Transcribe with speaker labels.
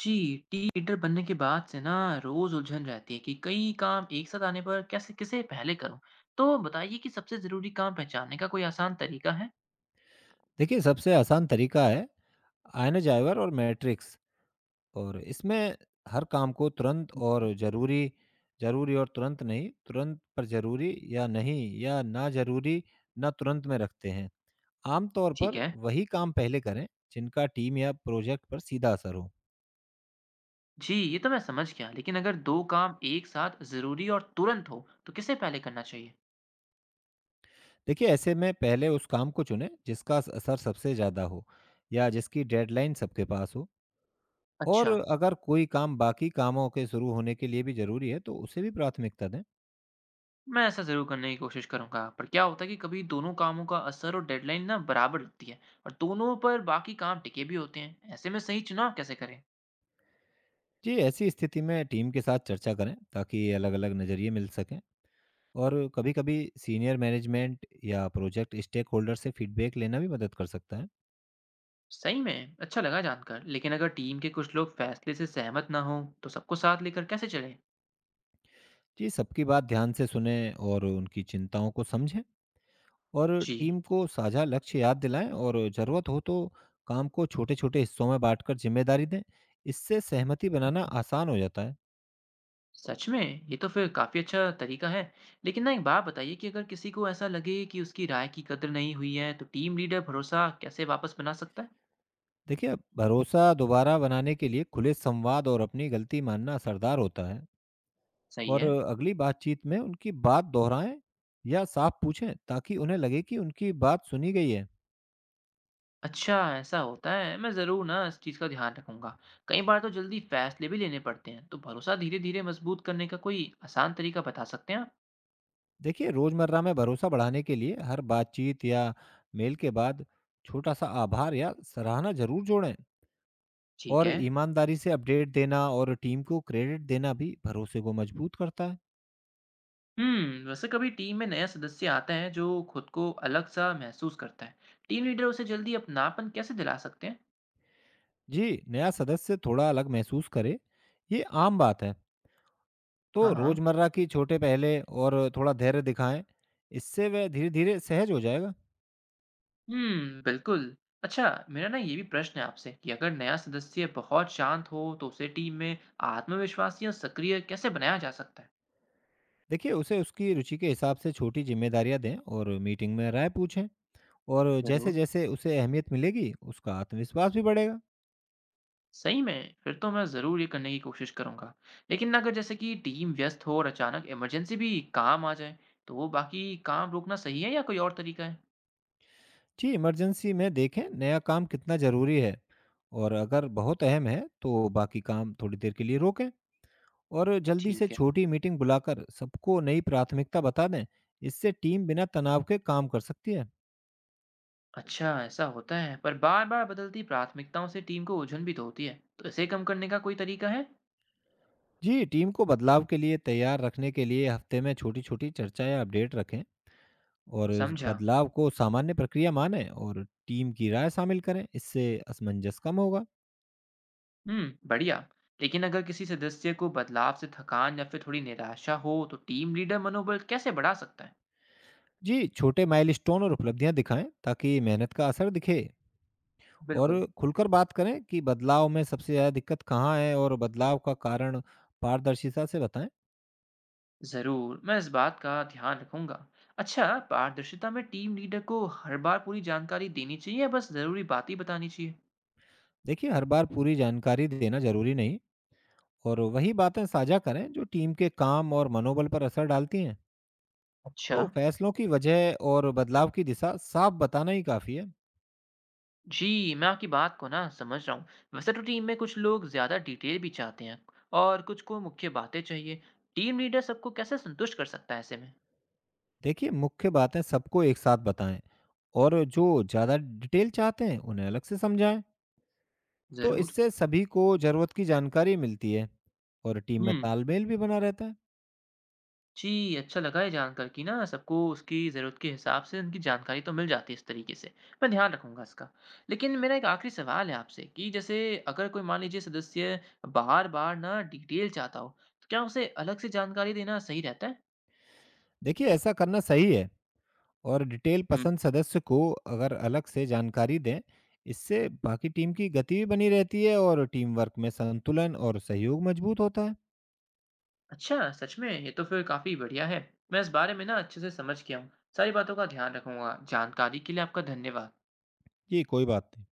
Speaker 1: जी, team leader बनने के बाद से ना रोज़ उलझन रहती है कि कई काम एक साथ आने पर कैसे किसे पहले करूँ? तो बताइए कि सबसे ज़रूरी काम पहचानने का कोई आसान तरीका है?
Speaker 2: देखिए, सबसे आसान तरीका है आयनोज़ाइवर और मैट्रिक्स। और इसमें हर काम को तुरंत और ज़रूरी ज़रूरी और तुरंत नहीं, तुरंत पर ज़रूरी या नहीं या ना ज़रूरी, ना तुरंत में रखते हैं। आमतौर
Speaker 1: ठीक
Speaker 2: पर
Speaker 1: है।
Speaker 2: वही काम पहले करें, जिनका टीम या प्रोजेक्ट पर सीधा असर हो।
Speaker 1: जी, ये तो मैं समझ गया, लेकिन अगर 2 काम एक साथ ज़रूरी और तुरंत हो, तो किसे पहले करना चाहिए?
Speaker 2: देखिए, ऐसे में पहले उस काम को चुनें, जिसका स असर सबसे ज़्यादा हो या जिसकी डेडलाइन सबके पास हो। और
Speaker 1: अच्छा,
Speaker 2: अगर कोई काम बाकी कामों के शुरू होने के लिए भी ज़रूरी है, तो उसे भी प्राथमिकता दें।
Speaker 1: मैं ऐसा ज़रूर करने की कोशिश करूँगा, पर क्या होता है कि कभी दोनों कामों का असर और डेडलाइन ना बराबर लगती है और दोनों पर बाकी काम टिके भी होते हैं। ऐसे में सही चुनाव कैसे करें?
Speaker 2: जी, ऐसी स्थिति में टीम के साथ चर्चा करें ताकि अलग-अलग नज़रिए मिल सकें। और कभी-कभी सीनियर मैनेजमेंट या प्रोजेक्ट स्टेक होल्डर से फीडबैक लेना भी मदद कर सकता है।
Speaker 1: सही में अच्छा लगा जानकर। लेकिन अगर टीम के कुछ लोग फैसले से सहमत ना हों तो सबको साथ लेकर कैसे चलें?
Speaker 2: जी, सबकी बात ध्यान से सुनें और उनकी चिंताओं को समझें। और
Speaker 1: जी।
Speaker 2: टीम को साझा लक्ष्य याद दिलाएं और ज़रूरत हो तो काम को छोटे-छोटे हिस्सों में बाँटकर जिम्मेदारी दें। इससे सहमति बनाना आसान हो जाता है।
Speaker 1: सच में ये तो फिर काफ़ी अच्छा तरीका है। लेकिन ना एक बात बताइए कि अगर किसी को ऐसा लगे कि उसकी राय की कदर नहीं हुई है तो टीम लीडर भरोसा कैसे वापस बना सकता है?
Speaker 2: देखिए, भरोसा दोबारा बनाने के लिए खुले संवाद और अपनी गलती मानना असरदार होता है।
Speaker 1: सही
Speaker 2: और
Speaker 1: है।
Speaker 2: अगली बातचीत में उनकी बात दोहराएँ या साफ पूछें ताकि उन्हें लगे कि उनकी बात सुनी गई है।
Speaker 1: अच्छा ऐसा होता है, मैं ज़रूर ना इस चीज़ का ध्यान रखूंगा। कई बार तो जल्दी फैसले भी लेने पड़ते हैं, तो भरोसा धीरे धीरे मजबूत करने का कोई आसान तरीका बता सकते हैं आप?
Speaker 2: देखिए, रोज़मर्रा में भरोसा बढ़ाने के लिए हर बातचीत या मेल के बाद छोटा-सा आभार या सराहना ज़रूर जोड़ें।
Speaker 1: ठीक
Speaker 2: और
Speaker 1: है।
Speaker 2: ईमानदारी से अपडेट देना और टीम को क्रेडिट देना भी भरोसे को मजबूत करता है।
Speaker 1: हम्म, वैसे कभी टीम में नया सदस्य आता है जो खुद को अलग सा महसूस करता है। टीम लीडर उसे जल्दी अपनापन कैसे दिला सकते हैं?
Speaker 2: जी, नया सदस्य थोड़ा अलग महसूस करे, ये आम बात है।
Speaker 1: हाँ
Speaker 2: तो
Speaker 1: हाँ।
Speaker 2: रोज़मर्रा की छोटे पहले और थोड़ा धैर्य दिखाएँ, इससे वह धीरे-धीरे सहज हो जाएगा।
Speaker 1: हम्म, बिल्कुल। अच्छा, मेरा ना ये भी प्रश्न है आपसे कि अगर नया सदस्य बहुत शांत हो तो उसे टीम में आत्मविश्वासी या सक्रिय कैसे बनाया जा सकता है?
Speaker 2: देखिए, उसे उसकी रुचि के हिसाब से छोटी ज़िम्मेदारियाँ दें और मीटिंग में राय पूछें। और
Speaker 1: जरूर।
Speaker 2: जैसे-जैसे उसे अहमियत मिलेगी, उसका आत्मविश्वास भी बढ़ेगा।
Speaker 1: सही में फिर तो मैं ज़रूर ये करने की कोशिश करूंगा। लेकिन ना अगर जैसे कि टीम व्यस्त हो और अचानक इमरजेंसी भी काम आ जाए तो वो बाकी काम रोकना सही है या कोई और तरीका है?
Speaker 2: जी, इमरजेंसी में देखें नया काम कितना ज़रूरी है। और अगर बहुत अहम है, तो बाकी काम थोड़ी देर के लिए रोकें और जल्दी से
Speaker 1: ठीक है।
Speaker 2: छोटी मीटिंग बुलाकर सबको नई प्राथमिकता बता दें। इससे टीम बिना तनाव के काम कर सकती है।
Speaker 1: अच्छा ऐसा होता है, पर बार बार बदलती प्राथमिकताओं से टीम को उलझन भी तो होती है, तो इसे कम करने का कोई तरीका है?
Speaker 2: जी, टीम को बदलाव के लिए तैयार रखने के लिए हफ्ते में छोटी-छोटी चर्चा या अपडेट रखें। और इस
Speaker 1: समझा।
Speaker 2: बदलाव को सामान्य प्रक्रिया मानें और टीम की राय शामिल करें, इससे असमंजस कम होगा।
Speaker 1: हम्म, बढ़िया। लेकिन अगर किसी सदस्य को बदलाव से थकान या फिर थोड़ी निराशा हो तो टीम लीडर मनोबल कैसे बढ़ा सकता है?
Speaker 2: जी, छोटे माइलस्टोन और उपलब्धियां दिखाएं ताकि मेहनत का असर दिखे। और
Speaker 1: बिल्कुल।
Speaker 2: खुलकर बात करें कि बदलाव में सबसे ज़्यादा दिक्कत कहाँ है और बदलाव का कारण पारदर्शिता से बताएं।
Speaker 1: जरूर मैं इस बात का ध्यान रखूंगा। अच्छा, पारदर्शिता में टीम लीडर को हर बार पूरी जानकारी देनी चाहिए या बस जरूरी बात ही बतानी चाहिए?
Speaker 2: देखिए, हर बार पूरी जानकारी देना जरूरी नहीं। और वही बातें साझा करें जो टीम के काम और मनोबल पर असर डालती हैं।
Speaker 1: अच्छा।
Speaker 2: तो फैसलों की वजह और बदलाव की दिशा साफ बताना ही काफ़ी है।
Speaker 1: जी, मैं आपकी बात को ना समझ रहा हूँ। वैसे तो टीम में कुछ लोग ज़्यादा डिटेल भी चाहते हैं और कुछ को मुख्य बातें चाहिए। टीम लीडर सबको कैसे संतुष्ट कर सकता है ऐसे में?
Speaker 2: देखिए, मुख्य बातें सबको एक साथ बताएँ और जो ज़्यादा डिटेल चाहते हैं, उन्हें अलग से समझाएँ। तो
Speaker 1: जरूर।
Speaker 2: इससे सभी को ज़रूरत की जानकारी मिलती है और टीम में
Speaker 1: हुँ।
Speaker 2: तालमेल भी बना रहता है।
Speaker 1: जी, अच्छा लगा ये जानकर कि ना सबको उसकी ज़रूरत के हिसाब से उनकी जानकारी तो मिल जाती है इस तरीके से। मैं ध्यान रखूँगा इसका। लेकिन मेरा एक आखिरी सवाल है आपसे कि जैसे अगर कोई मान लीजिए सदस्य बार-बार ना डिटेल चाहता हो, तो क्या उसे अलग से जानकारी देना सही रहता
Speaker 2: देखिए, ऐसा करना सही है। और डिटेल
Speaker 1: है?
Speaker 2: पसंद सदस्य को अगर अलग से जानकारी दें, इससे बाकी टीम की गति भी बनी रहती है और टीम वर्क में संतुलन और सहयोग मजबूत होता है।
Speaker 1: अच्छा सच में ये तो फिर काफ़ी बढ़िया है। मैं इस बारे में ना अच्छे से समझ गया हूँ। सारी बातों का ध्यान रखूँगा। जानकारी के लिए आपका धन्यवाद।
Speaker 2: जी, कोई बात नहीं।